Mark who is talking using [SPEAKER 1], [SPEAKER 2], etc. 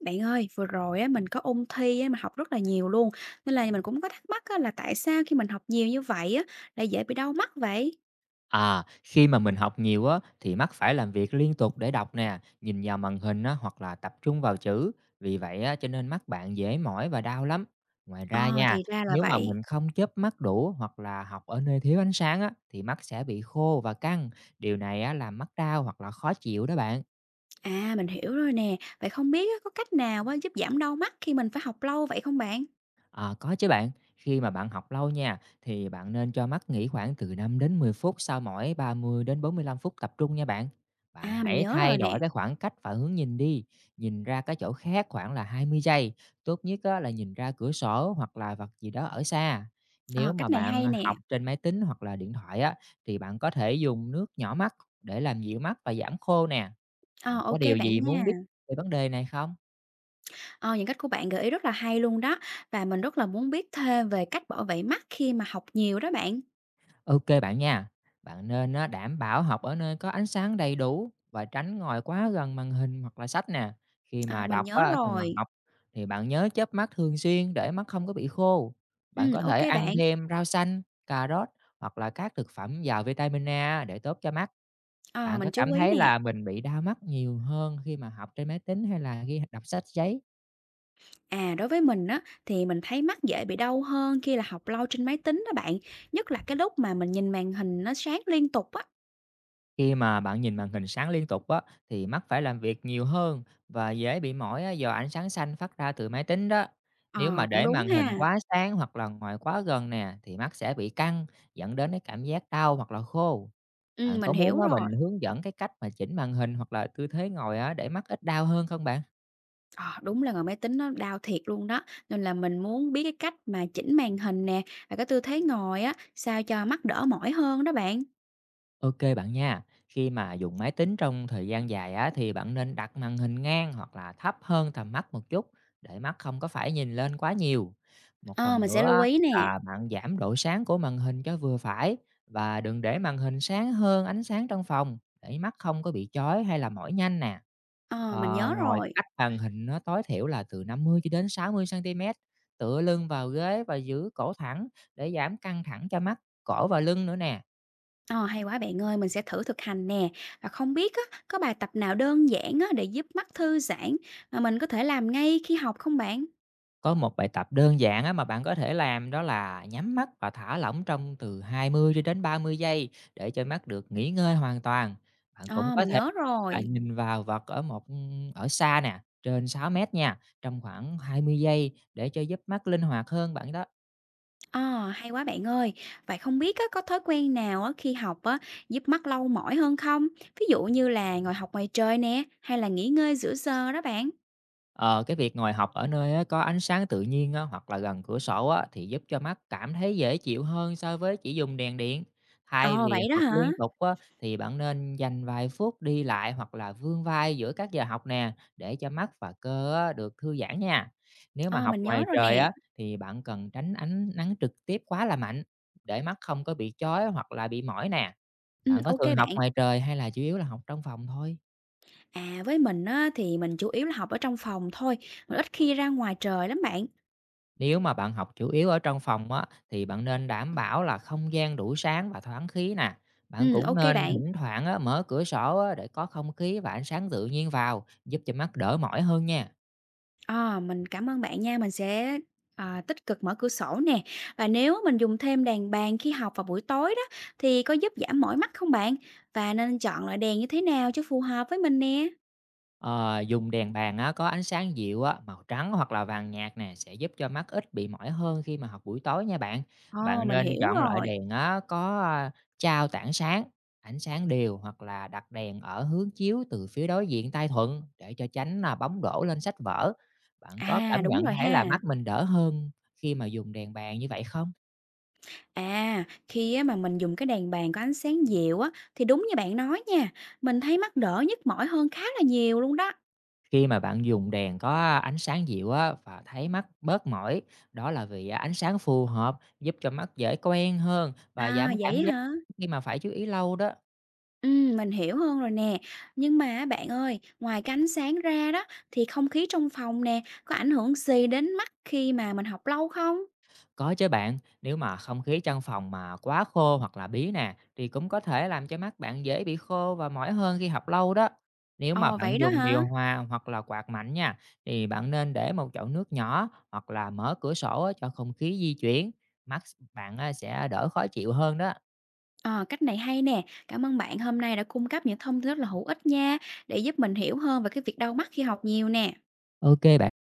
[SPEAKER 1] Bạn ơi, vừa rồi á, mình có ôn thi á, mình học rất là nhiều luôn, nên là mình cũng có thắc mắc á, là tại sao khi mình học nhiều như vậy á, lại dễ bị đau mắt vậy?
[SPEAKER 2] À, khi mà mình học nhiều á thì mắt phải làm việc liên tục để đọc nè, nhìn vào màn hình á hoặc là tập trung vào chữ. Vì vậy á cho nên mắt bạn dễ mỏi và đau lắm. Ngoài ra
[SPEAKER 1] Ờ,
[SPEAKER 2] nha,
[SPEAKER 1] thì ra là
[SPEAKER 2] nếu mà
[SPEAKER 1] vậy.
[SPEAKER 2] mình không chớp mắt đủ hoặc là học ở nơi thiếu ánh sáng á thì mắt sẽ bị khô và căng. Điều này á làm mắt đau hoặc là khó chịu đó bạn.
[SPEAKER 1] À, mình hiểu rồi nè. Vậy không biết á, có cách nào á, giúp giảm đau mắt khi mình phải học lâu vậy không bạn?
[SPEAKER 2] Ờ, có chứ bạn. Khi mà bạn học lâu nha, thì bạn nên cho mắt nghỉ khoảng từ 5 đến 10 phút sau mỗi 30 đến 45 phút tập trung nha bạn. Bạn
[SPEAKER 1] À, mình
[SPEAKER 2] hãy
[SPEAKER 1] nhớ
[SPEAKER 2] thay
[SPEAKER 1] rồi nè.
[SPEAKER 2] đổi cái khoảng cách và hướng nhìn đi, nhìn ra cái chỗ khác khoảng là 20 giây, tốt nhất á, là nhìn ra cửa sổ hoặc là vật gì đó ở xa. Nếu
[SPEAKER 1] Ờ,
[SPEAKER 2] mà
[SPEAKER 1] cách này
[SPEAKER 2] bạn
[SPEAKER 1] hay nè.
[SPEAKER 2] học trên máy tính hoặc là điện thoại á, thì bạn có thể dùng nước nhỏ mắt để làm dịu mắt và giảm khô nè.
[SPEAKER 1] Ờ,
[SPEAKER 2] Bạn có
[SPEAKER 1] ok
[SPEAKER 2] điều gì
[SPEAKER 1] bạn
[SPEAKER 2] muốn biết
[SPEAKER 1] nha.
[SPEAKER 2] về vấn đề này không?
[SPEAKER 1] Ờ, những cách của bạn gợi ý rất là hay luôn đó. Và mình rất là muốn biết thêm về cách bảo vệ mắt khi mà học nhiều đó bạn.
[SPEAKER 2] OK bạn nha. Bạn nên á, đảm bảo học ở nơi có ánh sáng đầy đủ và tránh ngồi quá gần màn hình hoặc là sách nè. Khi
[SPEAKER 1] Ờ,
[SPEAKER 2] mà
[SPEAKER 1] mình
[SPEAKER 2] đọc
[SPEAKER 1] nhớ
[SPEAKER 2] á, thì mà
[SPEAKER 1] rồi.
[SPEAKER 2] học thì bạn nhớ chớp mắt thường xuyên để mắt không có bị khô.
[SPEAKER 1] Ừ,
[SPEAKER 2] Bạn có
[SPEAKER 1] ok
[SPEAKER 2] thể ăn
[SPEAKER 1] bạn.
[SPEAKER 2] thêm rau xanh, cà rốt hoặc là các thực phẩm giàu vitamin A để tốt cho mắt.
[SPEAKER 1] Ờ,
[SPEAKER 2] Bạn có
[SPEAKER 1] mình chú
[SPEAKER 2] cảm
[SPEAKER 1] ý
[SPEAKER 2] thấy
[SPEAKER 1] nè.
[SPEAKER 2] là mình bị đau mắt nhiều hơn khi mà học trên máy tính hay là khi đọc sách giấy?
[SPEAKER 1] À, đối với mình á, thì mình thấy mắt dễ bị đau hơn khi là học lâu trên máy tính đó bạn, nhất là cái lúc mà mình nhìn màn hình nó sáng liên tục á.
[SPEAKER 2] Khi mà bạn nhìn màn hình sáng liên tục á, thì mắt phải làm việc nhiều hơn và dễ bị mỏi á, do ánh sáng xanh phát ra từ máy tính đó. Nếu mà
[SPEAKER 1] Ờ, cũng
[SPEAKER 2] để
[SPEAKER 1] đúng
[SPEAKER 2] màn hình
[SPEAKER 1] ha.
[SPEAKER 2] quá sáng hoặc là ngồi quá gần nè thì mắt sẽ bị căng, dẫn đến cái cảm giác đau hoặc là khô. Bạn có
[SPEAKER 1] Mình
[SPEAKER 2] muốn
[SPEAKER 1] hiểu
[SPEAKER 2] á,
[SPEAKER 1] rồi.
[SPEAKER 2] mình hướng dẫn cái cách mà chỉnh màn hình hoặc là tư thế ngồi á, để mắt ít đau hơn không bạn?
[SPEAKER 1] Ờ, đúng là ngồi máy tính nó đau thiệt luôn đó, nên là mình muốn biết cái cách mà chỉnh màn hình nè, và cái tư thế ngồi á, sao cho mắt đỡ mỏi hơn đó bạn.
[SPEAKER 2] OK bạn nha. Khi mà dùng máy tính trong thời gian dài á, thì bạn nên đặt màn hình ngang hoặc là thấp hơn tầm mắt một chút để mắt không có phải nhìn lên quá nhiều. Một
[SPEAKER 1] Ờ,
[SPEAKER 2] phần
[SPEAKER 1] mình sẽ
[SPEAKER 2] nữa
[SPEAKER 1] lưu
[SPEAKER 2] á,
[SPEAKER 1] ý nè.
[SPEAKER 2] là bạn giảm độ sáng của màn hình cho vừa phải và đừng để màn hình sáng hơn ánh sáng trong phòng để mắt không có bị chói hay là mỏi nhanh nè.
[SPEAKER 1] Ờ, mình
[SPEAKER 2] Ờ,
[SPEAKER 1] nhớ
[SPEAKER 2] ngồi
[SPEAKER 1] rồi.
[SPEAKER 2] cách màn hình nó tối thiểu là từ 50 cho đến 60 xăng-ti-mét, tựa lưng vào ghế và giữ cổ thẳng để giảm căng thẳng cho mắt, cổ và lưng nữa nè.
[SPEAKER 1] Ờ, hay quá bạn ơi, mình sẽ thử thực hành nè. Và không biết á, có bài tập nào đơn giản á, để giúp mắt thư giãn mà mình có thể làm ngay khi học không bạn?
[SPEAKER 2] Có một bài tập đơn giản á mà bạn có thể làm đó là nhắm mắt và thả lỏng trong từ 20 cho đến 30 giây để cho mắt được nghỉ ngơi hoàn toàn. Bạn cũng
[SPEAKER 1] Ờ,
[SPEAKER 2] có
[SPEAKER 1] mình
[SPEAKER 2] thể
[SPEAKER 1] nhớ
[SPEAKER 2] là
[SPEAKER 1] rồi.
[SPEAKER 2] nhìn vào vật ở một ở xa nè, trên 6 mét nha, trong khoảng 20 giây để cho giúp mắt linh hoạt hơn bạn đó.
[SPEAKER 1] Ờ, hay quá bạn ơi. Vậy không biết á, có thói quen nào á, khi học á, giúp mắt lâu mỏi hơn không? Ví dụ như là ngồi học ngoài trời nè, hay là nghỉ ngơi giữa giờ đó bạn.
[SPEAKER 2] Ờ, cái việc ngồi học ở nơi á, có ánh sáng tự nhiên á, hoặc là gần cửa sổ á, thì giúp cho mắt cảm thấy dễ chịu hơn so với chỉ dùng đèn điện. Thay
[SPEAKER 1] Ờ,
[SPEAKER 2] vì
[SPEAKER 1] vậy đó
[SPEAKER 2] học
[SPEAKER 1] hả?
[SPEAKER 2] liên tục á, thì bạn nên dành vài phút đi lại hoặc là vươn vai giữa các giờ học nè để cho mắt và cơ á, được thư giãn nha. Nếu mà
[SPEAKER 1] Ờ,
[SPEAKER 2] học
[SPEAKER 1] mình nhớ
[SPEAKER 2] ngoài
[SPEAKER 1] rồi
[SPEAKER 2] trời
[SPEAKER 1] nè.
[SPEAKER 2] á, thì bạn cần tránh ánh nắng trực tiếp quá là mạnh để mắt không có bị chói hoặc là bị mỏi nè.
[SPEAKER 1] Ừ,
[SPEAKER 2] Bạn có
[SPEAKER 1] ok
[SPEAKER 2] thường học
[SPEAKER 1] bạn.
[SPEAKER 2] ngoài trời hay là chủ yếu là học trong phòng thôi?
[SPEAKER 1] À, với mình á, thì mình chủ yếu là học ở trong phòng thôi. Mình ít khi ra ngoài trời lắm bạn.
[SPEAKER 2] Nếu mà bạn học chủ yếu ở trong phòng á, thì bạn nên đảm bảo là không gian đủ sáng và thoáng khí nè. Bạn
[SPEAKER 1] Ừ,
[SPEAKER 2] cũng
[SPEAKER 1] ok
[SPEAKER 2] nên
[SPEAKER 1] bạn.
[SPEAKER 2] thỉnh thoảng á, mở cửa sổ á, để có không khí và ánh sáng tự nhiên vào, giúp cho mắt đỡ mỏi hơn nha.
[SPEAKER 1] Ờ, mình cảm ơn bạn nha, tích cực mở cửa sổ nè. Và nếu mình dùng thêm đèn bàn khi học vào buổi tối đó, thì có giúp giảm mỏi mắt không bạn? Và nên chọn loại đèn như thế nào cho phù hợp với mình nè?
[SPEAKER 2] Ờ, dùng đèn bàn á, có ánh sáng dịu á, màu trắng hoặc là vàng nhạt nè sẽ giúp cho mắt ít bị mỏi hơn khi mà học buổi tối nha bạn.
[SPEAKER 1] Ồ,
[SPEAKER 2] Bạn
[SPEAKER 1] mình
[SPEAKER 2] nên
[SPEAKER 1] hiểu
[SPEAKER 2] chọn loại
[SPEAKER 1] rồi.
[SPEAKER 2] đèn á, có chao tảng sáng, ánh sáng đều hoặc là đặt đèn ở hướng chiếu từ phía đối diện tay thuận để cho tránh là bóng đổ lên sách vở. Bạn có cảm
[SPEAKER 1] À, đúng
[SPEAKER 2] nhận
[SPEAKER 1] rồi
[SPEAKER 2] thấy là
[SPEAKER 1] ha.
[SPEAKER 2] mắt mình đỡ hơn khi mà dùng đèn bàn như vậy không?
[SPEAKER 1] Khi mà mình dùng cái đèn bàn có ánh sáng dịu á, thì đúng như bạn nói nha, mình thấy mắt đỡ nhức mỏi hơn khá là nhiều luôn đó.
[SPEAKER 2] Khi mà bạn dùng đèn có ánh sáng dịu á và thấy mắt bớt mỏi, đó là vì ánh sáng phù hợp giúp cho mắt dễ quen hơn và giảm
[SPEAKER 1] À,
[SPEAKER 2] cảm
[SPEAKER 1] vậy
[SPEAKER 2] giác
[SPEAKER 1] hả?
[SPEAKER 2] khi mà phải chú ý lâu đó.
[SPEAKER 1] Mình hiểu hơn rồi nè. Nhưng mà á bạn ơi, ngoài cái ánh sáng ra đó, thì không khí trong phòng nè, có ảnh hưởng gì đến mắt khi mà mình học lâu không?
[SPEAKER 2] Có chứ bạn, nếu mà không khí trong phòng mà quá khô hoặc là bí nè thì cũng có thể làm cho mắt bạn dễ bị khô và mỏi hơn khi học lâu đó. Nếu mà
[SPEAKER 1] Ồ,
[SPEAKER 2] bạn
[SPEAKER 1] vậy đó
[SPEAKER 2] dùng
[SPEAKER 1] hả?
[SPEAKER 2] điều hòa hoặc là quạt mạnh nha thì bạn nên để một chậu nước nhỏ hoặc là mở cửa sổ á, cho không khí di chuyển, mắt bạn á, sẽ đỡ khó chịu hơn đó.
[SPEAKER 1] Ờ, cách này hay nè. Cảm ơn bạn hôm nay đã cung cấp những thông tin rất là hữu ích nha, để giúp mình hiểu hơn về cái việc đau mắt khi học nhiều nè.
[SPEAKER 2] OK bạn.